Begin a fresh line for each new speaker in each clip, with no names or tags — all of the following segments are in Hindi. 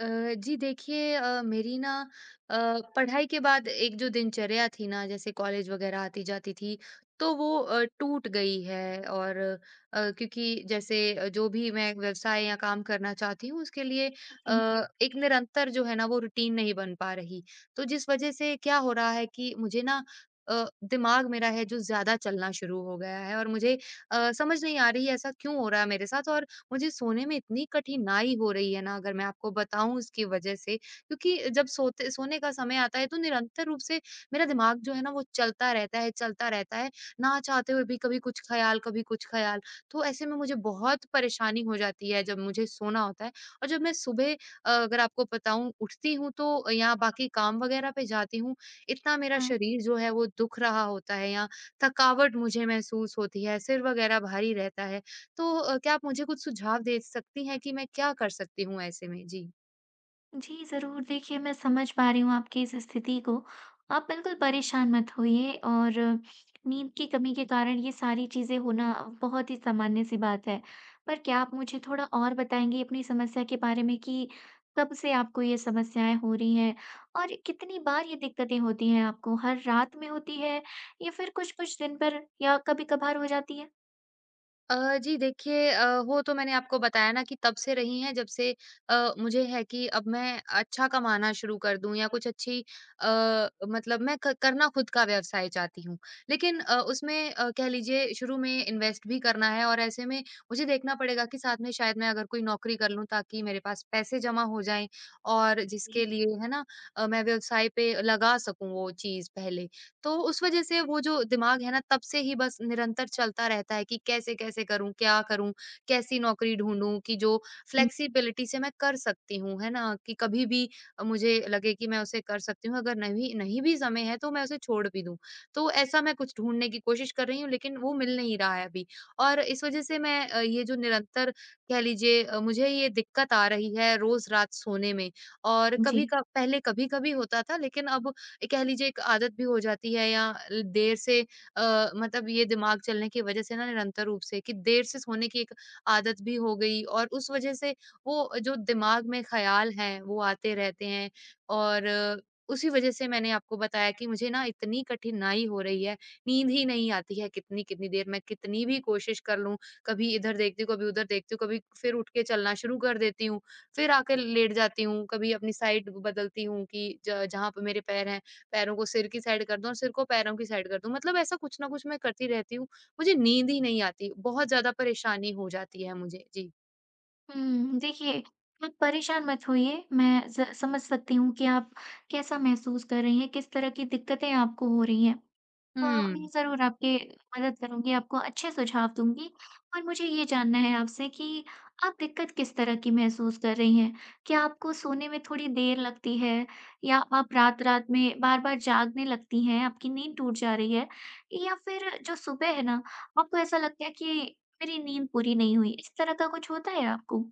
अ, जी देखिए, मेरी ना अ, पढ़ाई के बाद एक जो दिनचर्या थी ना, जैसे कॉलेज वगैरह आती जाती थी, तो वो टूट गई है। और क्योंकि जैसे जो भी मैं व्यवसाय या काम करना चाहती हूँ उसके लिए
जी,
एक निरंतर जो है ना, वो रूटीन नहीं बन पा रही। तो जिस वजह से क्या हो रहा है कि मुझे ना दिमाग मेरा है जो ज्यादा चलना शुरू हो गया है, और मुझे समझ नहीं आ रही है ऐसा क्यों हो रहा है मेरे साथ। और मुझे सोने में इतनी कठिनाई हो रही है ना, अगर मैं आपको बताऊँ, इसकी वजह से, क्योंकि जब सोते सोने का समय आता है तो निरंतर रूप से मेरा दिमाग जो है ना, वो चलता रहता है, चलता रहता है। ना चाहते हुए भी, कभी कुछ ख़्याल, कभी कुछ ख़्याल। तो ऐसे में मुझे बहुत परेशानी हो जाती है जब मुझे सोना होता है। और जब मैं सुबह अगर आपको बताऊँ उठती हूँ तो या बाकी काम वग़ैरह पे जाती हूँ, इतना मेरा
हाँ।
शरीर जो है वो दुख रहा होता है, या थकावट मुझे महसूस होती है, सिर वग़ैरह भारी रहता है। तो क्या आप मुझे कुछ सुझाव दे सकती हैं कि मैं क्या कर सकती हूँ ऐसे में? जी।
जी, ज़रूर, देखिए मैं समझ पा रही हूँ आपकी इस स्थिति को। आप बिल्कुल परेशान मत होइए, और नींद की कमी के कारण ये सारी चीज़ें होना बहुत ही सामान्य-सी बात है। पर क्या आप मुझे थोड़ा और बताएँगी अपनी समस्या के बारे में कि कब से आपको ये समस्याएँ हो रही हैं? और कितनी बार ये दिक्कतें होती हैं आपको? हर रात में होती है या फिर कुछ-कुछ दिन पर या कभी-कभार हो जाती है?
जी देखिए, हो तो मैंने आपको बताया ना कि तब से रही हैं जब से मुझे है कि अब मैं अच्छा कमाना शुरू कर दूँ या कुछ अच्छी, मतलब मैं क करना खुद का व्यवसाय चाहती हूँ। लेकिन उसमें कह लीजिए शुरू में इन्वेस्ट भी करना है, और ऐसे में मुझे देखना पड़ेगा कि साथ में शायद मैं अगर कोई नौकरी कर लूँ ताकि मेरे पास पैसे जमा हो जाएँ, और जिसके
जी।
लिए है ना मैं व्यवसाय पे लगा सकूँ वो चीज़ पहले। तो उस वजह से वो जो दिमाग है ना, तब से ही बस निरंतर चलता रहता है कि कैसे-कैसे करूँ, क्या करूँ, कैसी नौकरी ढूँढूँ कि जो
हुँ,
फ्लेक्सिबिलिटी से मैं कर सकती हूँ, है ना? कि कभी भी मुझे लगे कि मैं उसे कर सकती हूँ, अगर नहीं नहीं भी समय है तो मैं उसे छोड़ भी दूँ। तो ऐसा मैं कुछ ढूँढने की कोशिश कर रही हूँ, लेकिन वो मिल नहीं रहा है अभी, और इस वजह से मैं ये जो निरंतर कह लीजिए, मुझे ये दिक्कत आ रही है रोज़ रात सोने में। और कभी
जी।
क पहले कभी-कभी होता था, लेकिन अब एक कह लीजिए एक आदत भी हो जाती है, या देर से, मतलब ये दिमाग चलने की वजह से ना, निरंतर रूप से कि देर से सोने की एक आदत भी हो गई, और उस वजह से वो जो दिमाग में ख्याल है वो आते रहते हैं। और उसी वजह से मैंने आपको बताया कि मुझे ना इतनी कठिनाई हो रही है, नींद ही नहीं आती है, कितनी कितनी देर मैं कितनी भी कोशिश कर लूं, कभी इधर देखती हूँ, कभी उधर देखती हूँ, कभी फिर उठ के चलना शुरू कर देती हूँ, फिर आकर लेट जाती हूँ, कभी अपनी साइड बदलती हूँ कि जहाँ पे मेरे पैर हैं, पैरों को सिर की साइड कर दूँ और सिर को पैरों की साइड कर दूँ। मतलब ऐसा कुछ ना कुछ मैं करती रहती हूँ। मुझे नींद ही नहीं आती, बहुत ज़्यादा परेशानी हो जाती है मुझे। जी।
देखिए, आप परेशान मत होइए, मैं स समझ सकती हूँ कि आप कैसा महसूस कर रही हैं, किस तरह की दिक्कतें आपको हो रही हैं। हाँ, मैं
हुँ।
ज़रूर आपकी मदद करूँगी, आपको अच्छे सुझाव दूँगी और मुझे ये जानना है आपसे कि आप दिक्कत किस तरह की महसूस कर रही हैं? क्या आपको सोने में थोड़ी देर लगती है या आप रात-रात में बार-बार जागने लगती हैं, आपकी नींद टूट जा रही है? या फिर जो सुबह है ना, आपको ऐसा लगता है कि मेरी नींद पूरी नहीं हुई, इस तरह का कुछ होता है आपको?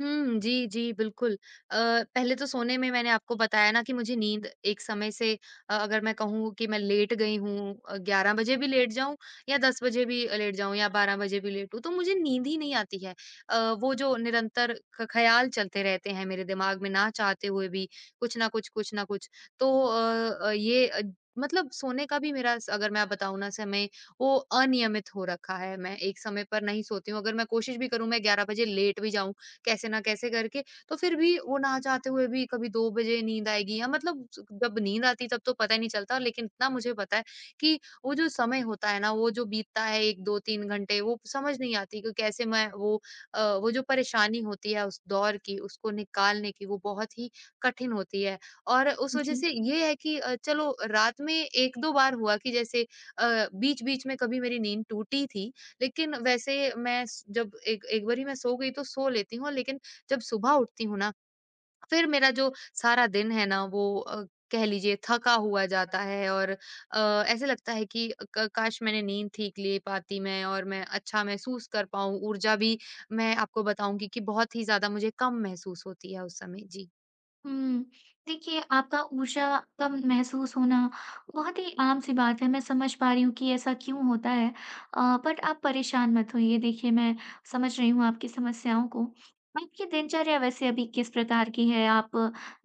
हुँ, जी, जी, बिल्कुल। अ, पहले तो सोने में मैंने आपको बताया ना कि मुझे नींद एक समय से, अगर मैं कहूँ कि मैं लेट गई हूँ, 11 बजे भी लेट जाऊँ या 10 बजे भी लेट जाऊँ या 12 बजे भी लेट हूँ, तो मुझे नींद ही नहीं आती है। वो जो निरंतर ख ख़्याल चलते रहते हैं मेरे दिमाग में, ना चाहते हुए भी, कुछ ना कुछ, कुछ ना कुछ। तो ये मतलब सोने का भी मेरा स अगर मैं बताऊँ ना समय, वो अनियमित हो रखा है। मैं एक समय पर नहीं सोती हूँ, अगर मैं कोशिश भी करूँ, मैं 11 बजे लेट भी जाऊँ कैसे ना कैसे करके। तो फिर भी वो, ना चाहते हुए भी, कभी 2 बजे नींद आएगी, या मतलब स जब नींद आती तब तो पता ही नहीं चलता, लेकिन इतना मुझे पता है कि वो जो समय होता है ना, वो जो बीतता है 1, 2, 3 घंटे, वो समझ नहीं आती कि कैसे मैं वो जो परेशानी होती है उस दौर की, उसको निकालने की, वो बहुत ही कठिन होती है। और उस वजह
जी।
से ये है कि चलो रात में 1-2 बार हुआ कि जैसे बीच-बीच में कभी मेरी नींद टूटी थी, लेकिन वैसे मैं स जब एक एक बारी मैं सो गई तो सो लेती हूँ, लेकिन जब सुबह उठती हूँ ना, फिर मेरा जो सारा दिन है ना वो कह लीजिए थका हुआ जाता है, और ऐसे लगता है कि क काश मैंने नींद ठीक ले पाती मैं, और मैं अच्छा महसूस कर पाऊँ, ऊर्जा भी मैं आपको बताऊँगी कि बहुत ही ज़्यादा मुझे कम महसूस होती है उस समय। जी।
हुँ। देखिए, आपका ऊर्जा कम महसूस होना बहुत ही आम-सी बात है, मैं समझ पा रही हूँ कि ऐसा क्यों होता है। बट आप परेशान मत होइए, देखिए मैं समझ रही हूँ आपकी समस्याओं को। आपकी दिनचर्या वैसे अभी किस प्रकार की है? आप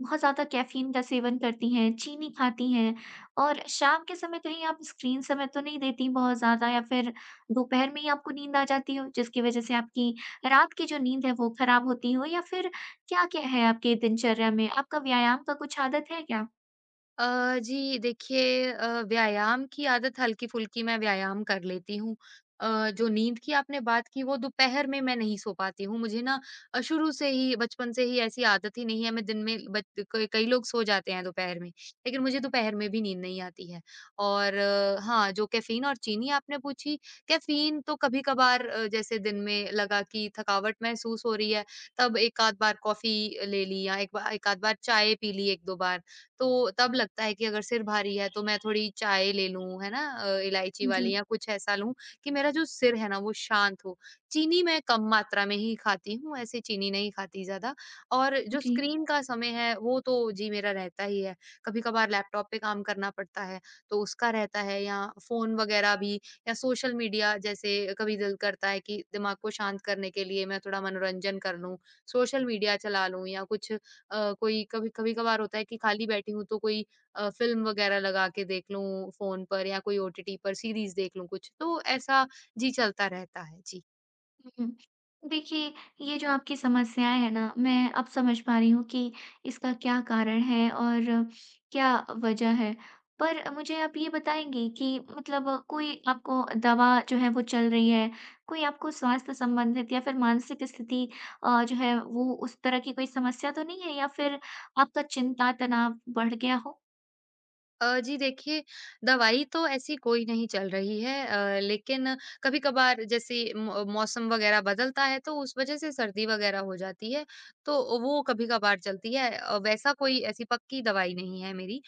बहुत ज़्यादा कैफ़ीन का सेवन करती हैं, चीनी खाती हैं और शाम के समय कहीं आप स्क्रीन समय तो नहीं देती बहुत ज़्यादा, या फिर दोपहर में ही आपको नींद आ जाती हो, जिसकी वजह से आपकी रात की जो नींद है वो खराब होती हो, या फिर क्या-क्या है आपकी दिनचर्या में? आपका व्यायाम का कुछ आदत है क्या?
जी देखिए, व्यायाम की आदत हल्की-फुल्की मैं व्यायाम कर लेती हूँ। अ, जो नींद की आपने बात की, वो दोपहर में मैं नहीं सो पाती हूँ। मुझे ना शुरू से ही, बचपन से ही ऐसी आदत ही नहीं है, मैं दिन में बच क कई लोग सो जाते हैं दोपहर में, लेकिन मुझे दोपहर में भी नींद नहीं आती है। और हाँ, जो कैफ़ीन और चीनी आपने पूछी, कैफ़ीन तो कभी-कभार, जैसे दिन में लगा कि थकावट महसूस हो रही है, तब 1 आध बार कॉफ़ी ले ली, या एक आध बार चाय पी ली 1-2 बार। तो तब लगता है कि अगर सिर भारी है तो मैं थोड़ी चाय ले लूँ, है ना? इलायची
जी।
वाली या कुछ ऐसा लूँ कि मेरा जो सिर है ना, वो शांत हो। चीनी मैं कम मात्रा में ही खाती हूँ, ऐसे चीनी नहीं खाती ज़्यादा। और जो
जी।
स्क्रीन का समय है, वो तो जी मेरा रहता ही है। कभी-कभार लैपटॉप पे काम करना पड़ता है तो उसका रहता है, या फ़ोन वगैरह भी, या सोशल मीडिया जैसे कभी दिल करता है कि दिमाग को शांत करने के लिए मैं थोड़ा मनोरंजन कर लूँ, सोशल मीडिया चला लूँ, या कुछ अ, कोई कभी कभी-कभार होता है कि खाली बैठी हूँ तो कोई फ़िल्म वगैरह लगा के देख लूँ फ़ोन पर, या कोई ओटीटी पर सीरीज़ देख लूँ कुछ, तो ऐसा जी चलता रहता है। जी।
हुँ। देखिए, ये जो आपकी समस्याएँ हैं ना, मैं अब समझ पा रही हूँ कि इसका क्या कारण है और क्या वजह है। पर मुझे आप ये बताएँगी कि मतलब कोई आपको दवा जो है वो चल रही है, कोई आपको स्वास्थ्य संबंधित या फिर मानसिक स्थिति, जो है वो उस तरह की कोई समस्या तो नहीं है, या फिर आपका चिंता, तनाव बढ़ गया हो?
जी देखिए, दवाई तो ऐसी कोई नहीं चल रही है, लेकिन कभी-कभार जैसे मौ मौसम वगैरह बदलता है तो उस वज़ह से सर्दी वगैरह हो जाती है, तो वो कभी-कभार चलती है। वैसा कोई, ऐसी पक्की दवाई नहीं है मेरी।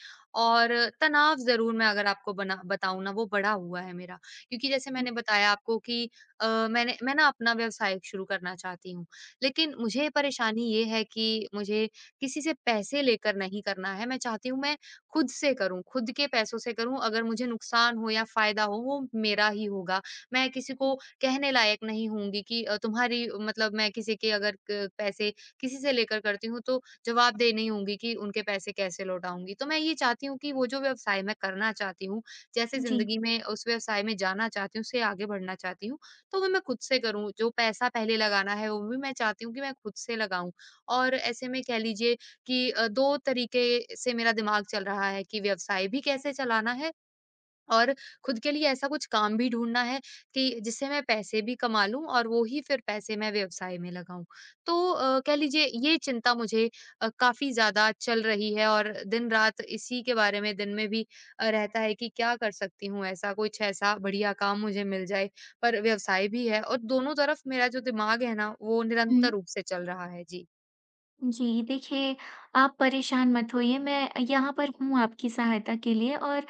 और तनाव ज़रूर, मैं अगर आपको बना बताऊँ ना, वो बढ़ा हुआ है मेरा, क्योंकि जैसे मैंने बताया आपको कि, अ, मैं ना अपना व्यवसाय शुरू करना चाहती हूँ, लेकिन मुझे परेशानी ये है कि मुझे किसी से पैसे लेकर नहीं करना है, मैं चाहती हूँ मैं खुद से करूँ, खुद के पैसों से करूँ, अगर मुझे नुकसान हो या फ़ायदा हो, वो मेरा ही होगा। मैं किसी को
हुँ।
कहने लायक नहीं होंगी कि, तुम्हारी मतलब मैं किसी के, अगर क पैसे किसी से लेकर करती हूँ, तो जवाबदेह नहीं होंगी कि उनके पैसे कैसे लौटाऊँगी। तो मैं ये चाहती हूँ कि वो जो व्यवसाय मैं करना चाहती हूँ, जैसे
जी।
ज़िंदगी में उस व्यवसाय में जाना चाहती हूँ, उससे आगे बढ़ना चाहती हूँ, तो वो मैं खुद से करूँ। जो पैसा पहले लगाना है, वो भी मैं चाहती हूँ कि मैं खुद से लगाऊँ। और ऐसे में कह लीजिए कि, 2 तरीके से मेरा दिमाग चल रहा है, कि व्यवसाय भी कैसे चलाना है, और खुद के लिए ऐसा कुछ काम भी ढूँढना है कि जिससे मैं पैसे भी कमा लूँ और वो ही फिर पैसे मैं व्यवसाय में लगाऊँ। तो कह लीजिए ये चिंता मुझे काफ़ी ज़्यादा चल रही है, और दिन-रात इसी के बारे में, दिन में भी रहता है कि क्या कर सकती हूँ, ऐसा कुछ, ऐसा बढ़िया काम मुझे मिल जाए, पर व्यवसाय भी है, और दोनों तरफ मेरा जो दिमाग है ना, वो निरंतर रूप से चल रहा है। जी।
जी, देखिए आप परेशान मत होइए, मैं यहाँ पर हूँ आपकी सहायता के लिए, और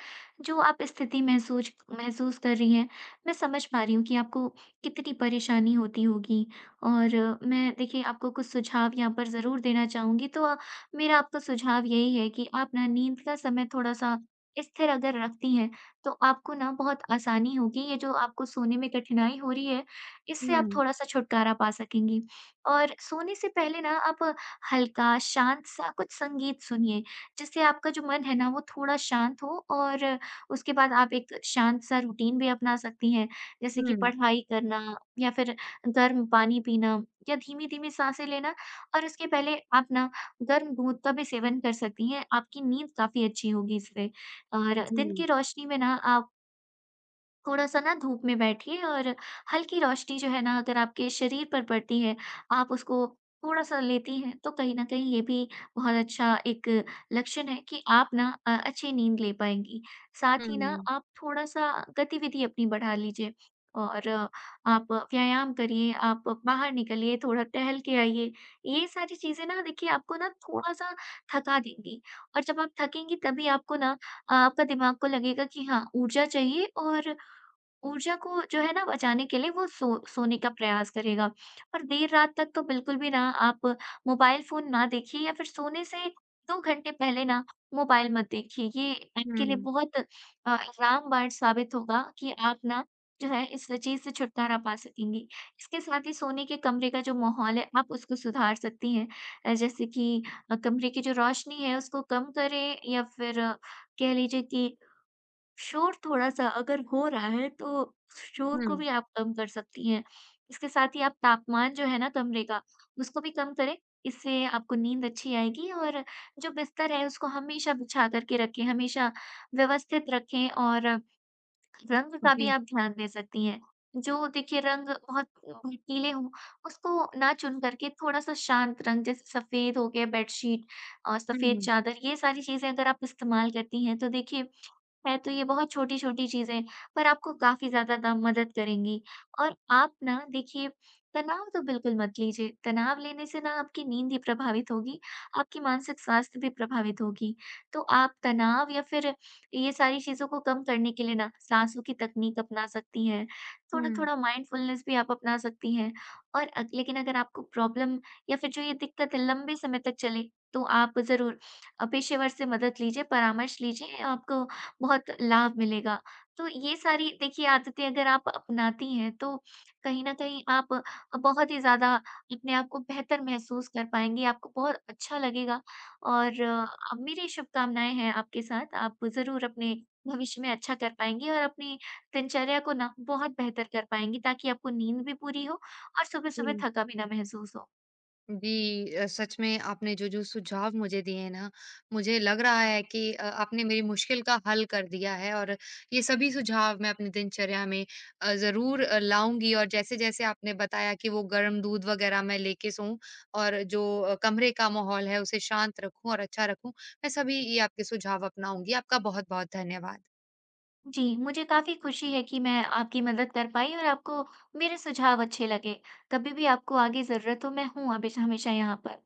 जो आप स्थिति महसूस महसूस कर रही हैं, मैं समझ पा रही हूँ कि आपको कितनी परेशानी होती होगी। और मैं देखिए आपको कुछ सुझाव यहाँ पर ज़रूर देना चाहूँगी, तो मेरा आपको सुझाव यही है कि आप ना नींद का समय थोड़ा-सा स्थिर अगर रखती हैं, तो आपको ना बहुत आसानी होगी। ये जो आपको सोने में कठिनाई हो रही है, इससे आप
हुँ,
थोड़ा-सा छुटकारा पा सकेंगी। और सोने से पहले ना आप हल्का, शांत सा कुछ संगीत सुनिए, जिससे आपका जो मन है ना वो थोड़ा शांत हो, और उसके बाद आप एक शांत सा रूटीन भी अपना सकती हैं। जैसे कि
हुँ।
पढ़ाई करना या फिर गर्म पानी पीना या धीमी-धीमी साँसें लेना, और उसके पहले आप ना गर्म दूध का भी सेवन कर सकती हैं, आपकी नींद काफ़ी अच्छी होगी इससे। और दिन
जी।
की रोशनी में ना आप थोड़ा-सा ना धूप में बैठिए, और हल्की रोशनी जो है ना अगर आपके शरीर पर पड़ती है, आप उसको थोड़ा-सा लेती हैं, तो कहीं न कहीं ये भी बहुत अच्छा एक लक्षण है कि आप ना अच्छी नींद ले पाएँगी। साथ ही ना
हुँ,
आप थोड़ा-सा गतिविधि अपनी बढ़ा लीजिए, और आप व्यायाम करिए, आप बाहर निकलिए, थोड़ा टहल के आइए। ये सारी चीज़ें ना देखिए आपको ना थोड़ा-सा थका देंगी, और जब आप थकेंगी तभी आपको ना, आपका दिमाग को लगेगा कि हाँ, ऊर्जा चाहिए, और ऊर्जा को जो है ना बचाने के लिए वो सोने का प्रयास करेगा। और देर रात तक तो बिल्कुल भी ना आप मोबाइल फ़ोन ना देखिए, या फिर सोने से 2 घंटे पहले ना मोबाइल मत देखिए। ये आपके लिए
हुँ,
बहुत रामबाण साबित होगा कि आप ना जो है इस चीज़ से छुटकारा पा सकेंगी। इसके साथ ही सोने के कमरे का जो माहौल है आप उसको सुधार सकती हैं। जैसे कि कमरे की जो रोशनी है उसको कम करें, या फिर कह लीजिए कि शोर थोड़ा-सा अगर हो रहा है तो शोर
हुँ।
को भी आप कम कर सकती हैं। इसके साथ ही आप तापमान जो है ना कमरे का, उसको भी कम करें, इससे आपको नींद अच्छी आएगी। और जो बिस्तर है उसको हमेशा बिछा कर के रखें, हमेशा व्यवस्थित रखें, और रंग का भी
जी,
आप ध्यान दे सकती हैं। जो देखिए रंग बहुत भड़कीले हों, उसको ना चुन कर के थोड़ा-सा शांत रंग, जैसे सफ़ेद हो गया बेडशीट और सफ़ेद
हुँ,
चादर, ये सारी चीज़ें अगर आप इस्तेमाल करती हैं तो देखिए, है तो ये बहुत छोटी-छोटी चीज़ें पर आपको काफ़ी ज़्यादा ना मदद करेंगी। और आप ना देखिए तनाव तो बिल्कुल मत लीजिए, तनाव लेने से ना आपकी नींद ही प्रभावित होगी, आपकी मानसिक स्वास्थ्य भी प्रभावित होगी। तो आप तनाव या फिर ये सारी चीज़ों को कम करने के लिए ना साँसों की तकनीक अपना सकती हैं,
हुँ,
थोड़ा-थोड़ा माइंडफुलनेस भी आप अपना सकती हैं। और अग लेकिन अगर आपको प्रॉब्लम या फिर जो ये दिक्कत है लंबे समय तक चले, तो आप ज़रूर पेशेवर से मदद लीजिए, परामर्श लीजिए, आपको बहुत लाभ मिलेगा। तो ये सारी देखिए आदतें अगर आप अपनाती हैं तो कहीं न कहीं आप बहुत ही ज़्यादा अपने आप को बेहतर महसूस कर पाएँगी, आपको बहुत अच्छा लगेगा। और मेरी शुभकामनाएँ हैं आपके साथ। आप ज़रूर अपने भविष्य में अच्छा कर पाएँगी, और अपनी दिनचर्या को ना बहुत बेहतर कर पाएँगी ताकि आपको नींद भी पूरी हो और सुबह-सुबह
जी।
थका भी ना महसूस हो।
जी, सच में आपने जो-जो सुझाव मुझे दिए हैं ना, मुझे लग रहा है कि आपने मेरी मुश्किल का हल कर दिया है, और ये सभी सुझाव मैं अपनी दिनचर्या में ज़रूर लाऊँगी, और जैसे-जैसे आपने बताया कि वो गर्म दूध वग़ैरह मैं लेके सोऊँ, और जो कमरे का माहौल है, उसे शांत रखूँ और अच्छा रखूँ, मैं सभी ये आपके सुझाव अपनाऊँगी। आपका बहुत-बहुत धन्यवाद।
जी, मुझे काफ़ी खुशी है कि मैं आपकी मदद कर पाई और आपको मेरे सुझाव अच्छे लगे। कभी भी आपको आगे ज़रूरत हो, मैं हूँ अभी हमेशा यहाँ पर।